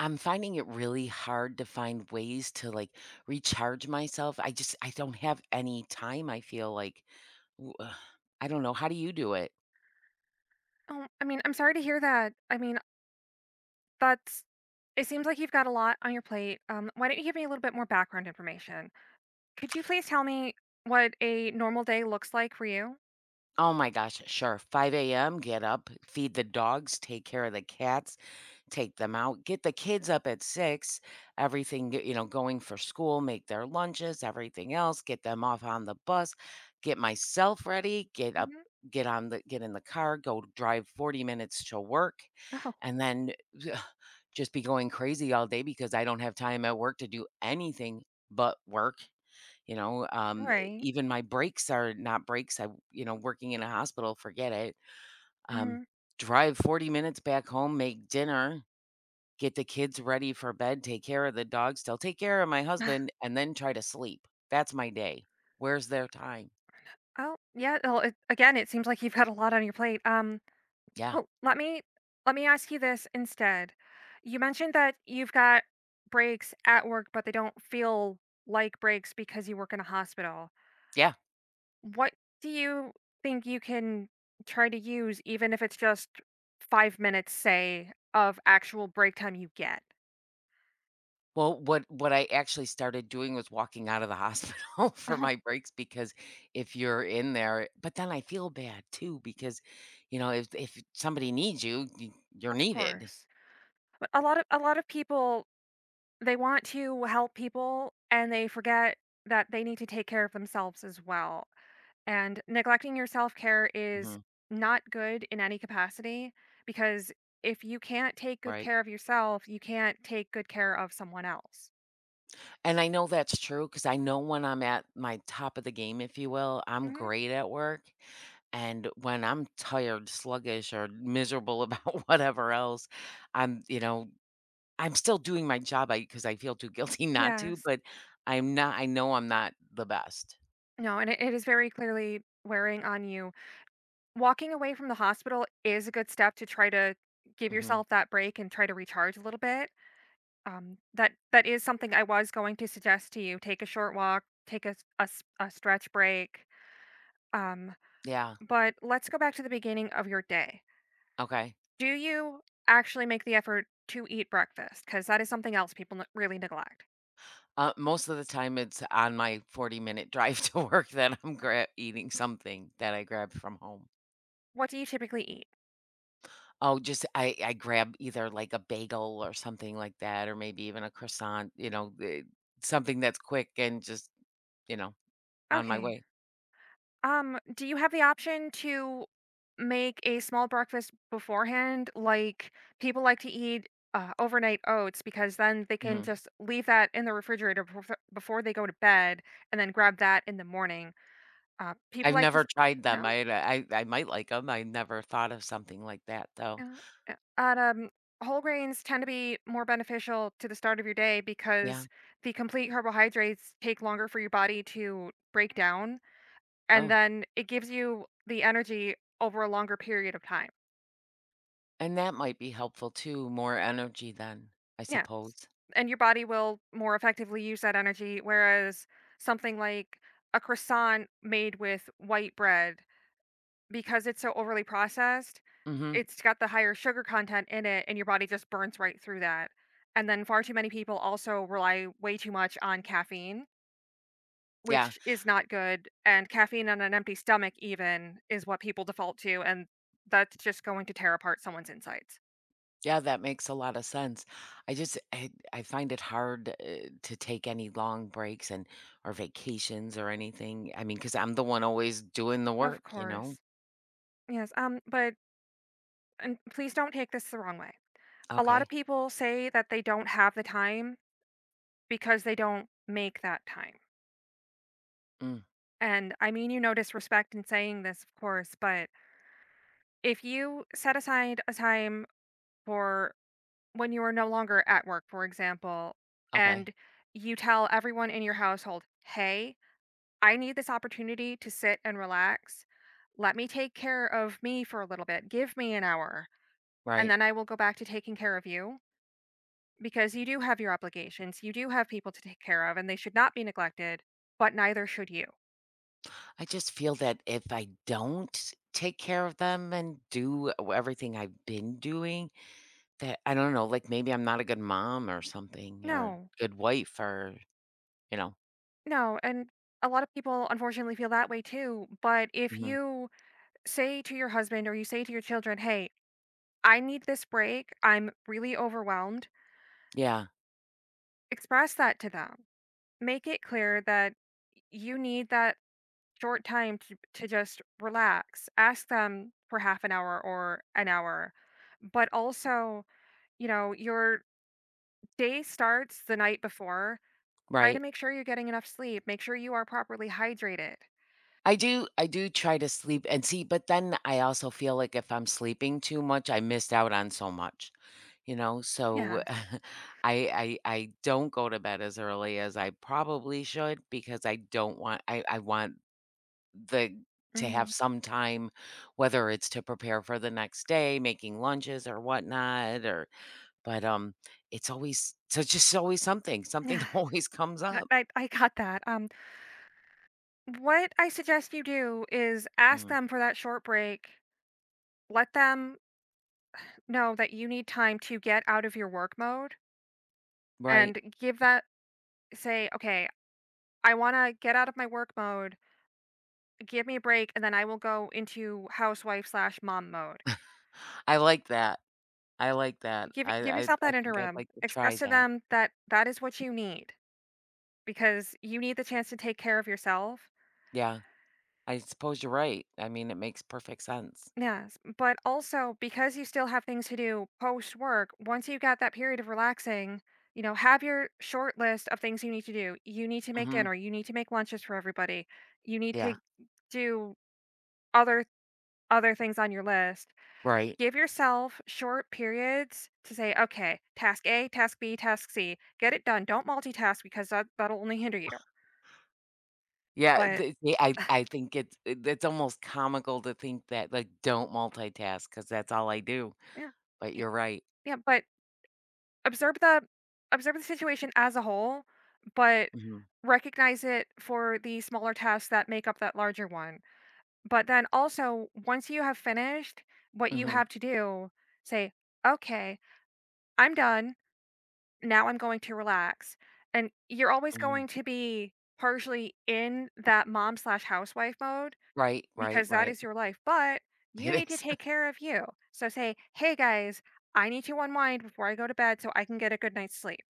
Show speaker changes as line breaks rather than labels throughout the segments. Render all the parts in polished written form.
I'm finding it really hard to find ways to like recharge myself. I just I don't have any time. I feel like W- ugh, I don't know. How do you do it?
Oh, I mean, I'm sorry to hear that. I mean, that's it seems like you've got a lot on your plate. Why don't you give me a little bit more background information? Could you please tell me what a normal day looks like for you?
Oh my gosh, sure. 5 a.m., get up, feed the dogs, take care of the cats, take them out, get the kids up at 6, everything, you know, going for school, make their lunches, everything else, get them off on the bus, get myself ready, get up,
Mhm.
get on the get in the car, go drive 40 minutes to work,
Oh,
and then just be going crazy all day because I don't have time at work to do anything but work. You know,
all
um,
right.
Even my breaks are not breaks. I, you know, working in a hospital, forget it. Um,
Mhm.
Drive 40 minutes back home, make dinner, get the kids ready for bed, take care of the dogs, still take care of my husband, and then try to sleep. That's my day. Where's their time?
Oh, yeah. Well, it, again, it seems like you've got a lot on your plate.
Yeah.
Well, let me ask you this instead. You mentioned that you've got breaks at work, but they don't feel like breaks because you work in a hospital.
Yeah.
What do you think you can try to use, even if it's just 5 minutes, say, of actual break time you get?
Well, what I actually started doing was walking out of the hospital for my breaks because if you're in there, but then I feel bad too because, you know, if somebody needs you,
Oh,
you're
of
needed.
course. But a lot of people, they want to help people, and they forget that they need to take care of themselves as well, and neglecting your self-care is
Mhm.
not good in any capacity, because if you can't take good
Right.
care of yourself, you can't take good care of someone else.
And I know that's true because I know when I'm at my top of the game, if you will, I'm
Mhm.
great at work. And when I'm tired, sluggish, or miserable about whatever else, I'm, you know, I'm still doing my job I because I feel too guilty not to,
Yes.
but I'm not, I know I'm not the best.
No, and it is very clearly wearing on you. Walking away from the hospital is a good step to try to give
Hmm.
yourself that break and try to recharge a little bit. That is something I was going to suggest to you. Take a short walk, take a stretch break. Um,
Yeah.
but let's go back to the beginning of your day.
Okay.
Do you actually make the effort to eat breakfast? Because that is something else people really neglect.
Most of the time, it's on my 40-minute drive to work that I'm eating something that I grabbed from home.
What do you typically eat?
Oh, just I grab either, like, a bagel or something like that, or maybe even a croissant, you know, something that's quick and just, you know, on my
Okay.
way.
Do you have the option to make a small breakfast beforehand? Like people like to eat overnight oats because then they can
Mhm.
just leave that in the refrigerator before they go to bed and then grab that in the morning. People
I've
like to,
never tried
no,
them. I might like them. I never thought of something like that, though.
no, no. Whole grains tend to be more beneficial to the start of your day
Yeah.
because the complete carbohydrates take longer for your body to break down, and
Oh,
then it gives you the energy over a longer period of time.
and that might be helpful too, more energy then, I
Yeah.
suppose.
And your body will more effectively use that energy, whereas something like a croissant made with white bread, because it's so overly processed,
Mhm.
it's got the higher sugar content in it, and your body just burns right through that. And then far too many people also rely way too much on caffeine,
Yeah.
which is not good. And caffeine on an empty stomach, even, is what people default to. And that's just going to tear apart someone's insides.
Yeah, that makes a lot of sense. I find it hard to take any long breaks and or vacations or anything. I mean, because I'm the one always doing the
Of
work, you know.
course. Yes. But and please don't take this the wrong way. A lot of
Okay.
people say that they don't have the time because they don't make that time.
Mm,
And I mean you know, disrespect in saying this, of course, but if you set aside a time for when you are no longer at work, for example,
okay.
and you tell everyone in your household, hey, I need this opportunity to sit and relax. Let me take care of me for a little bit. Give me an hour, and
Right.
then I will go back to taking care of you, because you do have your obligations, you do have people to take care of, and they should not be neglected, but neither should you.
I just feel that if I don't take care of them and do everything I've been doing, that I don't know, like maybe I'm not a good mom or something, or
No,
good wife, or you know.
no. And a lot of people unfortunately feel that way too. But if
Mhm.
you say to your husband or you say to your children, hey, I need this break, I'm really overwhelmed,
Yeah.
express that to them. Make it clear that you need that short time to just relax. Ask them for half an hour or an hour. But also, you know, you're day starts the night before. Try to
Right.
make sure you're getting enough sleep. Make sure you are properly hydrated.
I do try to sleep and see, but then I also feel like if I'm sleeping too much, I missed out on so much, you know? So
Yes.
I don't go to bed as early as I probably should because I don't want I want the to have
Mhm.
some time, whether it's to prepare for the next day, making lunches or whatnot, or but it's always it's just always something. Something
Yes.
always comes
I
up.
I I got that. What I suggest you do is ask
Mm,
them for that short break. Let them know that you need time to get out of your work mode
right.
and give that say, "Okay, I wanna get out of my work mode. Give me a break, and then I will go into housewife/mom slash mom mode."
I like that. I like that.
Give
I
give
I
yourself
I
that
think I'd
interim.
like to
Express
try
to
that.
them that that is what you need, because you need the chance to take care of yourself.
Yeah, I suppose you're right. I mean, it makes perfect sense.
Yes, but also because you still have things to do post work. Once you've got that period of relaxing, you know, have your short list of things you need to do. You need to make
Mhm.
dinner, you need to make lunches for everybody. You need to
Yeah,
do other other things on your list.
right.
Give yourself short periods to say, okay, task A, task B, task C. Get it done. Don't multitask because that'll only hinder you.
Yeah,
But
th see, I think it's almost comical to think that, like, don't multitask multitask because that's all I do,
yeah,
but
y-
you're right.
yeah, but Observe the observe the situation as a whole, but
Mhm,
recognize it for the smaller tasks that make up that larger one. But then also, once you have finished what you
mhm,
have to do, say, "Okay, I'm done. Now I'm going to relax." And you're always
mhm.
going to be partially in that mom slash housewife mode
Right, right,
because that
right.
is your life, but you
It
need to
is.
take care of you. So say, "Hey guys, I need to unwind before I go to bed so I can get a good night's sleep."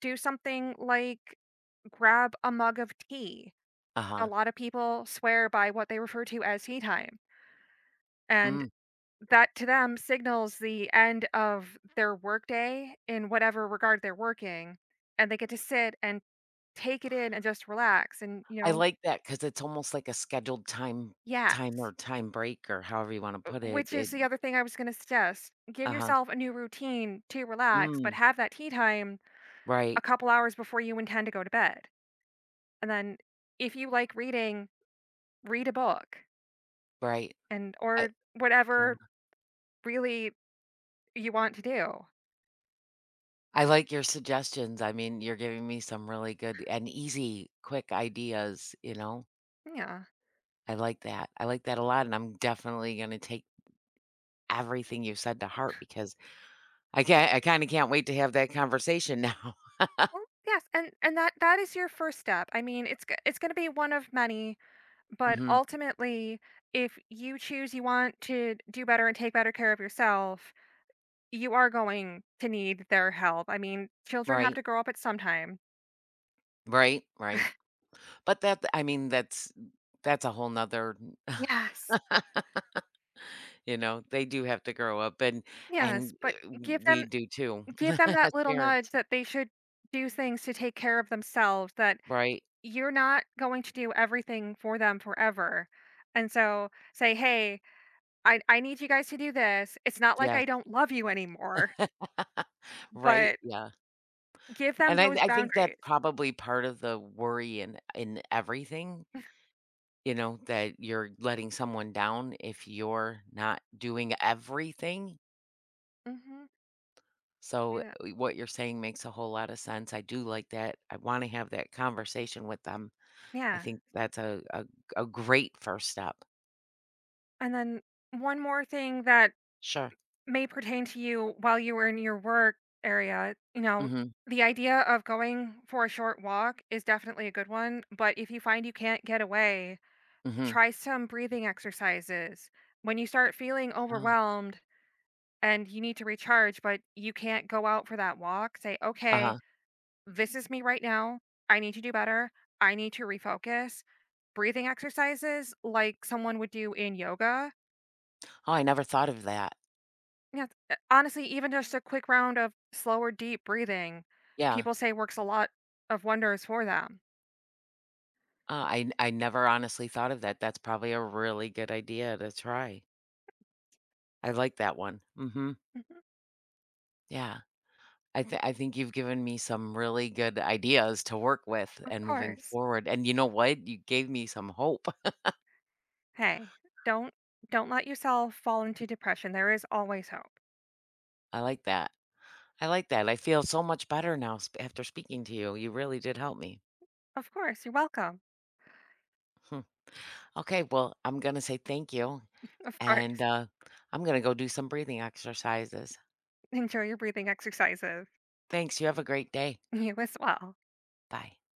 Do something like grab a mug of tea. A
Uh-huh.
lot of people swear by what they refer to as tea time, and
Mm.
that to them signals the end of their workday in whatever regard they're working, and they get to sit and take it in and just relax and, you
I
know,
like that because it's almost like a scheduled time
yes.
or time break or however you wanna put it.
Which is
It
the other thing I was going to suggest. Give
Uh-huh.
yourself a new routine to relax, but
Mm.
have that tea time a
Right,
couple hours before you intend to go to bed. And then if you like reading, read a book
right.
and
I
or whatever really you want to do.
I like your suggestions. I mean, you're giving me some really good and easy, quick ideas, you know?
Yeah.
I like that. I like that a lot, and I'm definitely gonna take everything you've said to heart because I kinda can't wait to have that conversation now.
Well, yes, and that is your first step. I mean, it's going to be one of many, but
Mhm.
ultimately, if you choose you want to do better and take better care of yourself, you are going to need their help. I mean, children have
Right.
to grow up at some time.
Right, right. But that I mean, that's a whole nother
Yes.
you know, they do have to grow up
Yes,
and,
but give them
we do too
give them
as
that little nudge
parents.
that they should do things to take care of themselves, that
Right.
you're not going to do everything for them forever. And so say, hey, I need you guys to do this. It's not like
Yes.
I don't love you anymore,
Right,
but
yeah.
give them
And I
those
I think that's
boundaries.
probably part of the worry in everything, you know, that you're letting someone down if you're not doing everything.
Hmm.
So,
Yeah.
what you're saying makes a whole lot of sense. I do like that. I wanna have that conversation with them. I
Yeah.
think that's a a great first step.
And then one more thing that
Sure.
may pertain to you while you were in your work area, you know,
Mhm,
the idea of going for a short walk is definitely a good one. But if you find you can't get away,
mhm.
try some breathing exercises. When you start feeling
Oh,
overwhelmed, and you need to recharge, but you can't go out for that walk, say, okay,
uh-huh.
this is me right now. I need to do better. I need to refocus. Breathing exercises like someone would do in yoga.
Oh, I never thought of that.
Yeah, honestly, even just a quick round of slower, deep breathing,
Yeah.
people say works a lot of wonders for them.
I never honestly thought of that. That's probably a really good idea to try. I like that one. Mhm.
Mhm.
Yeah. I think you've given me some really good ideas to work with
Of
and moving
course.
forward, and you know what? You gave me some hope.
Hey, don't don't let yourself fall into depression. There is always hope.
I like that. I like that. I feel so much better now sp after speaking to you. You really did help me.
Of course, you're welcome.
Hmm. Okay, well, I'm gonna say thank you,
Of
and,
course.
I'm gonna go do some breathing exercises.
Enjoy your breathing exercises.
Thanks, you have a great day.
You as well.
Bye.